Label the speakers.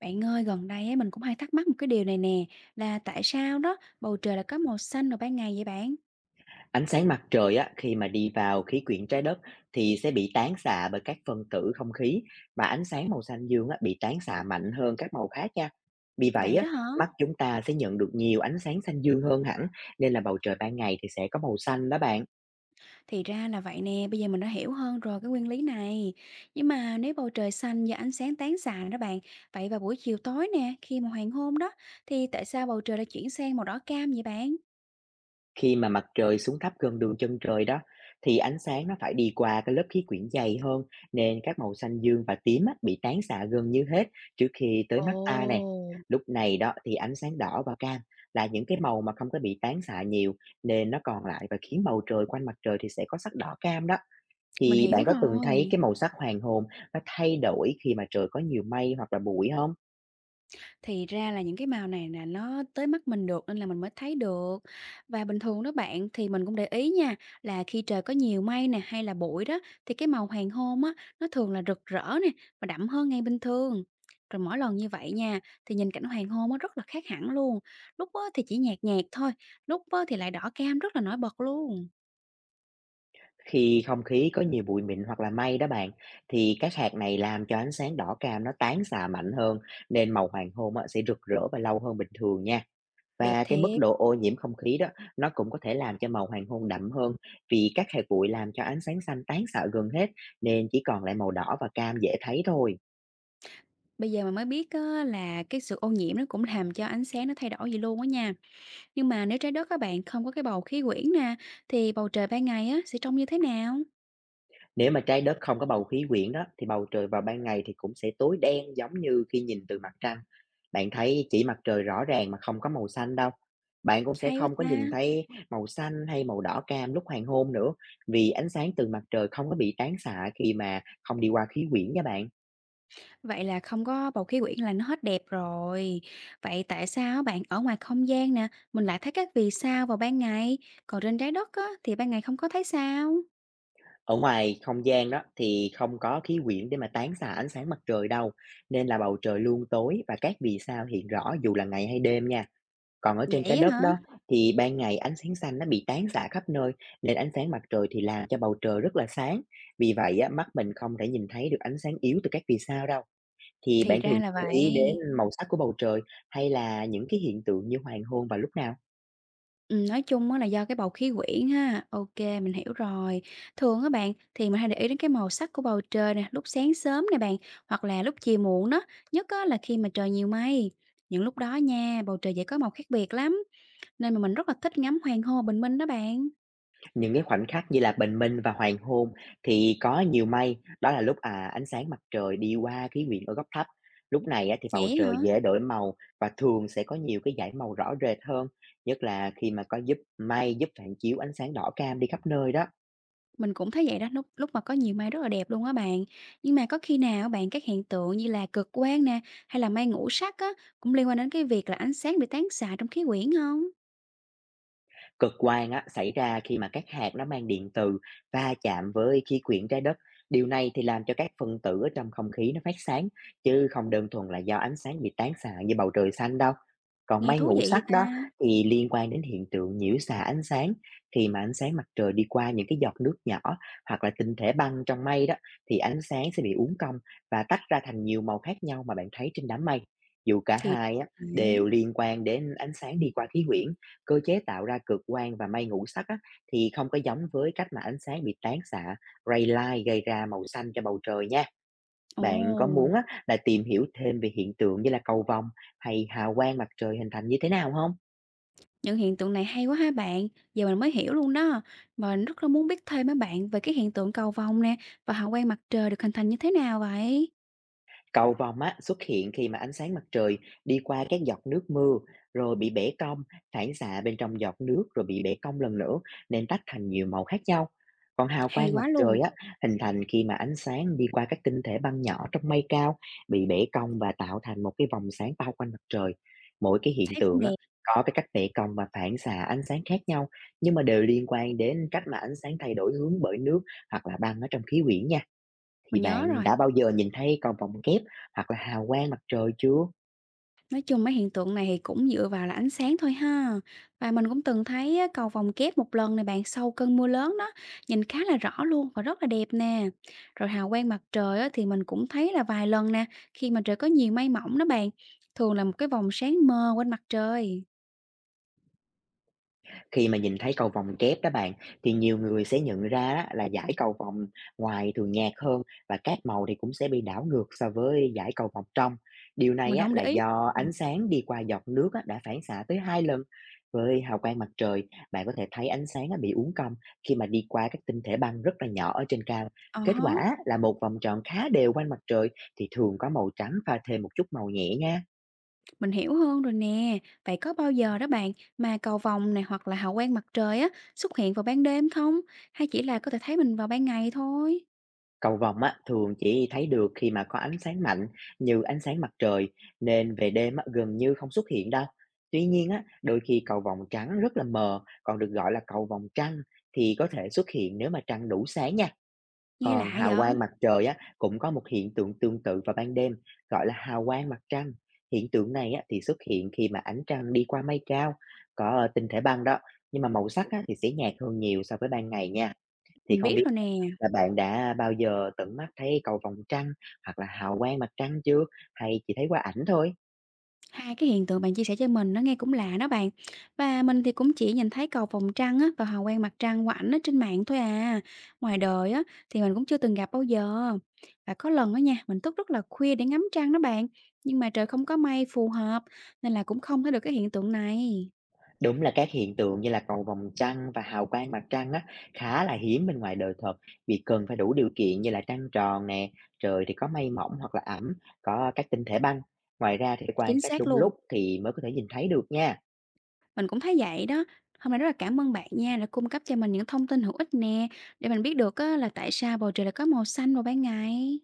Speaker 1: Bạn ơi, gần đây ấy mình cũng hay thắc mắc một cái điều này nè, là tại sao đó bầu trời lại có màu xanh vào ban ngày vậy bạn?
Speaker 2: Ánh sáng mặt trời á, khi mà đi vào khí quyển trái đất thì sẽ bị tán xạ bởi các phân tử không khí, và ánh sáng màu xanh dương á, bị tán xạ mạnh hơn các màu khác nha. Vì vậy
Speaker 1: Vậy
Speaker 2: á,
Speaker 1: đó hả?
Speaker 2: mắt chúng ta sẽ nhận được nhiều ánh sáng xanh dương hơn hẳn, nên là bầu trời ban ngày thì sẽ có màu xanh đó bạn.
Speaker 1: Thì ra là vậy nè, bây giờ mình đã hiểu hơn rồi cái nguyên lý này. Nhưng mà nếu bầu trời xanh do ánh sáng tán xạ đó bạn, vậy vào buổi chiều tối nè, khi mà hoàng hôn đó, thì tại sao bầu trời lại chuyển sang màu đỏ cam vậy bạn?
Speaker 2: Khi mà mặt trời xuống thấp gần đường chân trời đó, thì ánh sáng nó phải đi qua cái lớp khí quyển dày hơn, nên các màu xanh dương và tím á, bị tán xạ gần như hết trước khi tới
Speaker 1: Ồ.
Speaker 2: mắt ta nè. Lúc này đó thì ánh sáng đỏ và cam là những cái màu mà không có bị tán xạ nhiều, nên nó còn lại và khiến bầu trời quanh mặt trời thì sẽ có sắc đỏ cam đó.
Speaker 1: Mình
Speaker 2: Thì
Speaker 1: hiểu
Speaker 2: bạn có từng thấy
Speaker 1: rồi.
Speaker 2: cái màu sắc hoàng hôn nó thay đổi khi mà trời có nhiều mây hoặc là bụi không?
Speaker 1: Thì ra là những cái màu này là nó tới mắt mình được nên là mình mới thấy được. Và bình thường đó bạn thì mình cũng để ý nha, là khi trời có nhiều mây nè hay là bụi đó thì cái màu hoàng hôn á nó thường là rực rỡ nè và đậm hơn ngày bình thường. Rồi mỗi lần như vậy nha thì nhìn cảnh hoàng hôn nó rất là khác hẳn luôn. Lúc á thì chỉ nhạt nhạt thôi, lúc á thì lại đỏ cam rất là nổi bật luôn.
Speaker 2: Khi không khí có nhiều bụi mịn hoặc là mây đó bạn, thì các hạt này làm cho ánh sáng đỏ cam nó tán xạ mạnh hơn, nên màu hoàng hôn á, sẽ rực rỡ và lâu hơn bình thường nha.
Speaker 1: Đẹp
Speaker 2: Và cái mức
Speaker 1: thiệt.
Speaker 2: độ ô nhiễm không khí đó, nó cũng có thể làm cho màu hoàng hôn đậm hơn, vì các hạt bụi làm cho ánh sáng xanh tán xạ gần hết, nên chỉ còn lại màu đỏ và cam dễ thấy thôi.
Speaker 1: Bây giờ mà mới biết á, là cái sự ô nhiễm nó cũng làm cho ánh sáng nó thay đổi gì luôn á nha. Nhưng mà nếu trái đất các bạn không có cái bầu khí quyển nè, thì bầu trời ban ngày á sẽ trông như thế nào?
Speaker 2: Nếu mà trái đất không có bầu khí quyển đó, thì bầu trời vào ban ngày thì cũng sẽ tối đen giống như khi nhìn từ mặt trăng. Bạn thấy chỉ mặt trời rõ ràng mà không có màu xanh đâu. Bạn cũng sẽ
Speaker 1: Hay quá
Speaker 2: không có
Speaker 1: ta.
Speaker 2: nhìn thấy màu xanh hay màu đỏ cam lúc hoàng hôn nữa, vì ánh sáng từ mặt trời không có bị tán xạ khi mà không đi qua khí quyển nha bạn.
Speaker 1: Vậy là không có bầu khí quyển là nó hết đẹp rồi. Vậy tại sao bạn ở ngoài không gian nè, mình lại thấy các vì sao vào ban ngày, còn trên trái đất á thì ban ngày không có thấy sao?
Speaker 2: Ở ngoài không gian đó thì không có khí quyển để mà tán xạ ánh sáng mặt trời đâu, nên là bầu trời luôn tối và các vì sao hiện rõ dù là ngày hay đêm nha. Còn ở trên trái
Speaker 1: Vậy á
Speaker 2: đất
Speaker 1: hả?
Speaker 2: đó thì ban ngày ánh sáng xanh nó bị tán xạ khắp nơi, nên ánh sáng mặt trời thì làm cho bầu trời rất là sáng. Vì vậy á, mắt mình không thể nhìn thấy được ánh sáng yếu từ các vì sao đâu. Thì
Speaker 1: Thì
Speaker 2: bạn
Speaker 1: ra
Speaker 2: thường
Speaker 1: là
Speaker 2: chú ý đến
Speaker 1: vậy.
Speaker 2: màu sắc của bầu trời hay là những cái hiện tượng như hoàng hôn vào lúc nào?
Speaker 1: Nói chung á là do cái bầu khí quyển ha, ok mình hiểu rồi. Thường á bạn, thì mình hay để ý đến cái màu sắc của bầu trời nè, lúc sáng sớm nè bạn, hoặc là lúc chiều muộn đó, nhất á là khi mà trời nhiều mây. Những lúc đó nha, bầu trời dễ có màu khác biệt lắm, nên mà mình rất là thích ngắm hoàng hôn bình minh đó bạn.
Speaker 2: Những cái khoảnh khắc như là bình minh và hoàng hôn thì có nhiều mây, đó là lúc ánh sáng mặt trời đi qua khí quyển ở góc thấp. Lúc này á thì bầu
Speaker 1: Vậy
Speaker 2: trời
Speaker 1: hả?
Speaker 2: dễ đổi màu và thường sẽ có nhiều cái dải màu rõ rệt hơn, nhất là khi mà có giúp mây giúp phản chiếu ánh sáng đỏ cam đi khắp nơi đó.
Speaker 1: Mình cũng thấy vậy đó, lúc lúc mà có nhiều mây rất là đẹp luôn á bạn. Nhưng mà có khi nào á bạn các hiện tượng như là cực quang nè, hay là mây ngũ sắc á, cũng liên quan đến cái việc là ánh sáng bị tán xạ trong khí quyển không?
Speaker 2: Cực quang á, xảy ra khi mà các hạt nó mang điện từ va chạm với khí quyển trái đất. Điều này thì làm cho các phân tử ở trong không khí nó phát sáng, chứ không đơn thuần là do ánh sáng bị tán xạ như bầu trời xanh đâu. Còn
Speaker 1: Nghe
Speaker 2: mây
Speaker 1: thú vị
Speaker 2: ngũ
Speaker 1: vậy
Speaker 2: sắc đó
Speaker 1: ta?
Speaker 2: thì liên quan đến hiện tượng nhiễu xạ ánh sáng. Khi mà ánh sáng mặt trời đi qua những cái giọt nước nhỏ hoặc là tinh thể băng trong mây đó, thì ánh sáng sẽ bị uốn cong và tách ra thành nhiều màu khác nhau mà bạn thấy trên đám mây. Dù cả
Speaker 1: Thì
Speaker 2: hai á, đều
Speaker 1: đấy.
Speaker 2: liên quan đến ánh sáng đi qua khí quyển, cơ chế tạo ra cực quang và mây ngũ sắc á, thì không có giống với cách mà ánh sáng bị tán xạ ray light gây ra màu xanh cho bầu trời nha.
Speaker 1: Ồ,
Speaker 2: Bạn có muốn á, là tìm hiểu thêm về hiện tượng như là cầu vồng hay hào quang mặt trời hình thành như thế nào không?
Speaker 1: những hiện tượng này hay quá ha bạn, giờ mình mới hiểu luôn đó. Và mình rất là muốn biết thêm á bạn về cái hiện tượng cầu vồng nè, và hào quang mặt trời được hình thành như thế nào vậy?
Speaker 2: Cầu vồng á, xuất hiện khi mà ánh sáng mặt trời đi qua các giọt nước mưa rồi bị bẻ cong, phản xạ bên trong giọt nước rồi bị bẻ cong lần nữa, nên tách thành nhiều màu khác nhau. Còn hào
Speaker 1: Hay
Speaker 2: quang mặt
Speaker 1: quá luôn,
Speaker 2: trời á, hình thành khi mà ánh sáng đi qua các tinh thể băng nhỏ trong mây cao, bị bẻ cong và tạo thành một cái vòng sáng bao quanh mặt trời. Mỗi cái hiện
Speaker 1: thấy
Speaker 2: tượng
Speaker 1: cũng
Speaker 2: á,
Speaker 1: đẹp,
Speaker 2: có cái cách bẻ cong và phản xạ ánh sáng khác nhau, nhưng mà đều liên quan đến cách mà ánh sáng thay đổi hướng bởi nước hoặc là băng ở trong khí quyển nha.
Speaker 1: mình
Speaker 2: Thì
Speaker 1: nhớ
Speaker 2: bạn
Speaker 1: rồi.
Speaker 2: đã bao giờ nhìn thấy cầu vồng kép hoặc là hào quang mặt trời chưa?
Speaker 1: Nói chung mấy hiện tượng này thì cũng dựa vào là ánh sáng thôi ha. Và mình cũng từng thấy á, cầu vồng kép một lần này bạn sau cơn mưa lớn đó, nhìn khá là rõ luôn và rất là đẹp nè. Rồi hào quang mặt trời á, thì mình cũng thấy là vài lần nè, khi mà trời có nhiều mây mỏng đó bạn, thường là một cái vòng sáng mờ quanh mặt trời.
Speaker 2: Khi mà nhìn thấy cầu vồng kép đó bạn, thì nhiều người sẽ nhận ra á, là dải cầu vồng ngoài thường nhạt hơn và các màu thì cũng sẽ bị đảo ngược so với dải cầu vồng trong. Điều này
Speaker 1: Mình
Speaker 2: á,
Speaker 1: không để
Speaker 2: là
Speaker 1: ý.
Speaker 2: do ánh sáng đi qua giọt nước á, đã phản xạ tới hai lần. Với hào quang mặt trời, bạn có thể thấy ánh sáng á, bị uốn cong khi mà đi qua các tinh thể băng rất là nhỏ ở trên cao.
Speaker 1: Ờ,
Speaker 2: Kết
Speaker 1: hớ,
Speaker 2: quả là một vòng tròn khá đều quanh mặt trời thì thường có màu trắng pha thêm một chút màu nhẹ nha.
Speaker 1: mình hiểu hơn rồi nè. Vậy có bao giờ đó bạn mà cầu vồng này hoặc là hào quang mặt trời á xuất hiện vào ban đêm không? Hay chỉ là có thể thấy mình vào ban ngày thôi?
Speaker 2: Cầu vồng á, thường chỉ thấy được khi mà có ánh sáng mạnh như ánh sáng mặt trời, nên về đêm á, gần như không xuất hiện đâu. Tuy nhiên á, đôi khi cầu vồng trắng rất là mờ, còn được gọi là cầu vồng trăng, thì có thể xuất hiện nếu mà trăng đủ sáng nha.
Speaker 1: Nghe
Speaker 2: Còn
Speaker 1: lạ vậy?
Speaker 2: hào quang mặt trời á, cũng có một hiện tượng tương tự vào ban đêm gọi là hào quang mặt trăng. Hiện tượng này á, thì xuất hiện khi mà ánh trăng đi qua mây cao, có tinh thể băng đó, nhưng mà màu sắc á, thì sẽ nhạt hơn nhiều so với ban ngày nha. Thì
Speaker 1: Mình
Speaker 2: không
Speaker 1: biết
Speaker 2: biết
Speaker 1: rồi
Speaker 2: á
Speaker 1: nè,
Speaker 2: là bạn đã bao giờ tận mắt thấy cầu vồng trăng hoặc là hào quang mặt trăng chưa? Hay chỉ thấy qua ảnh thôi?
Speaker 1: hai cái hiện tượng bạn chia sẻ cho mình nó nghe cũng lạ đó bạn. Và mình thì cũng chỉ nhìn thấy cầu vồng trăng á và hào quang mặt trăng của ảnh á trên mạng thôi à. Ngoài đời á thì mình cũng chưa từng gặp bao giờ. Và có lần á nha, mình thức rất là khuya để ngắm trăng đó bạn, nhưng mà trời không có mây phù hợp nên là cũng không thấy được cái hiện tượng này.
Speaker 2: Đúng là các hiện tượng như là cầu vồng trăng và hào quang mặt trăng á, khá là hiếm bên ngoài đời thật, vì cần phải đủ điều kiện như là trăng tròn nè, trời thì có mây mỏng hoặc là ẩm, có các tinh thể băng. Ngoài ra thì phải quan
Speaker 1: Chính
Speaker 2: sát
Speaker 1: xác
Speaker 2: đúng
Speaker 1: luôn,
Speaker 2: lúc thì mới có thể nhìn thấy được nha.
Speaker 1: mình cũng thấy vậy đó. Hôm nay rất là cảm ơn bạn nha đã cung cấp cho mình những thông tin hữu ích nè để mình biết được á, là tại sao bầu trời lại có màu xanh vào ban ngày.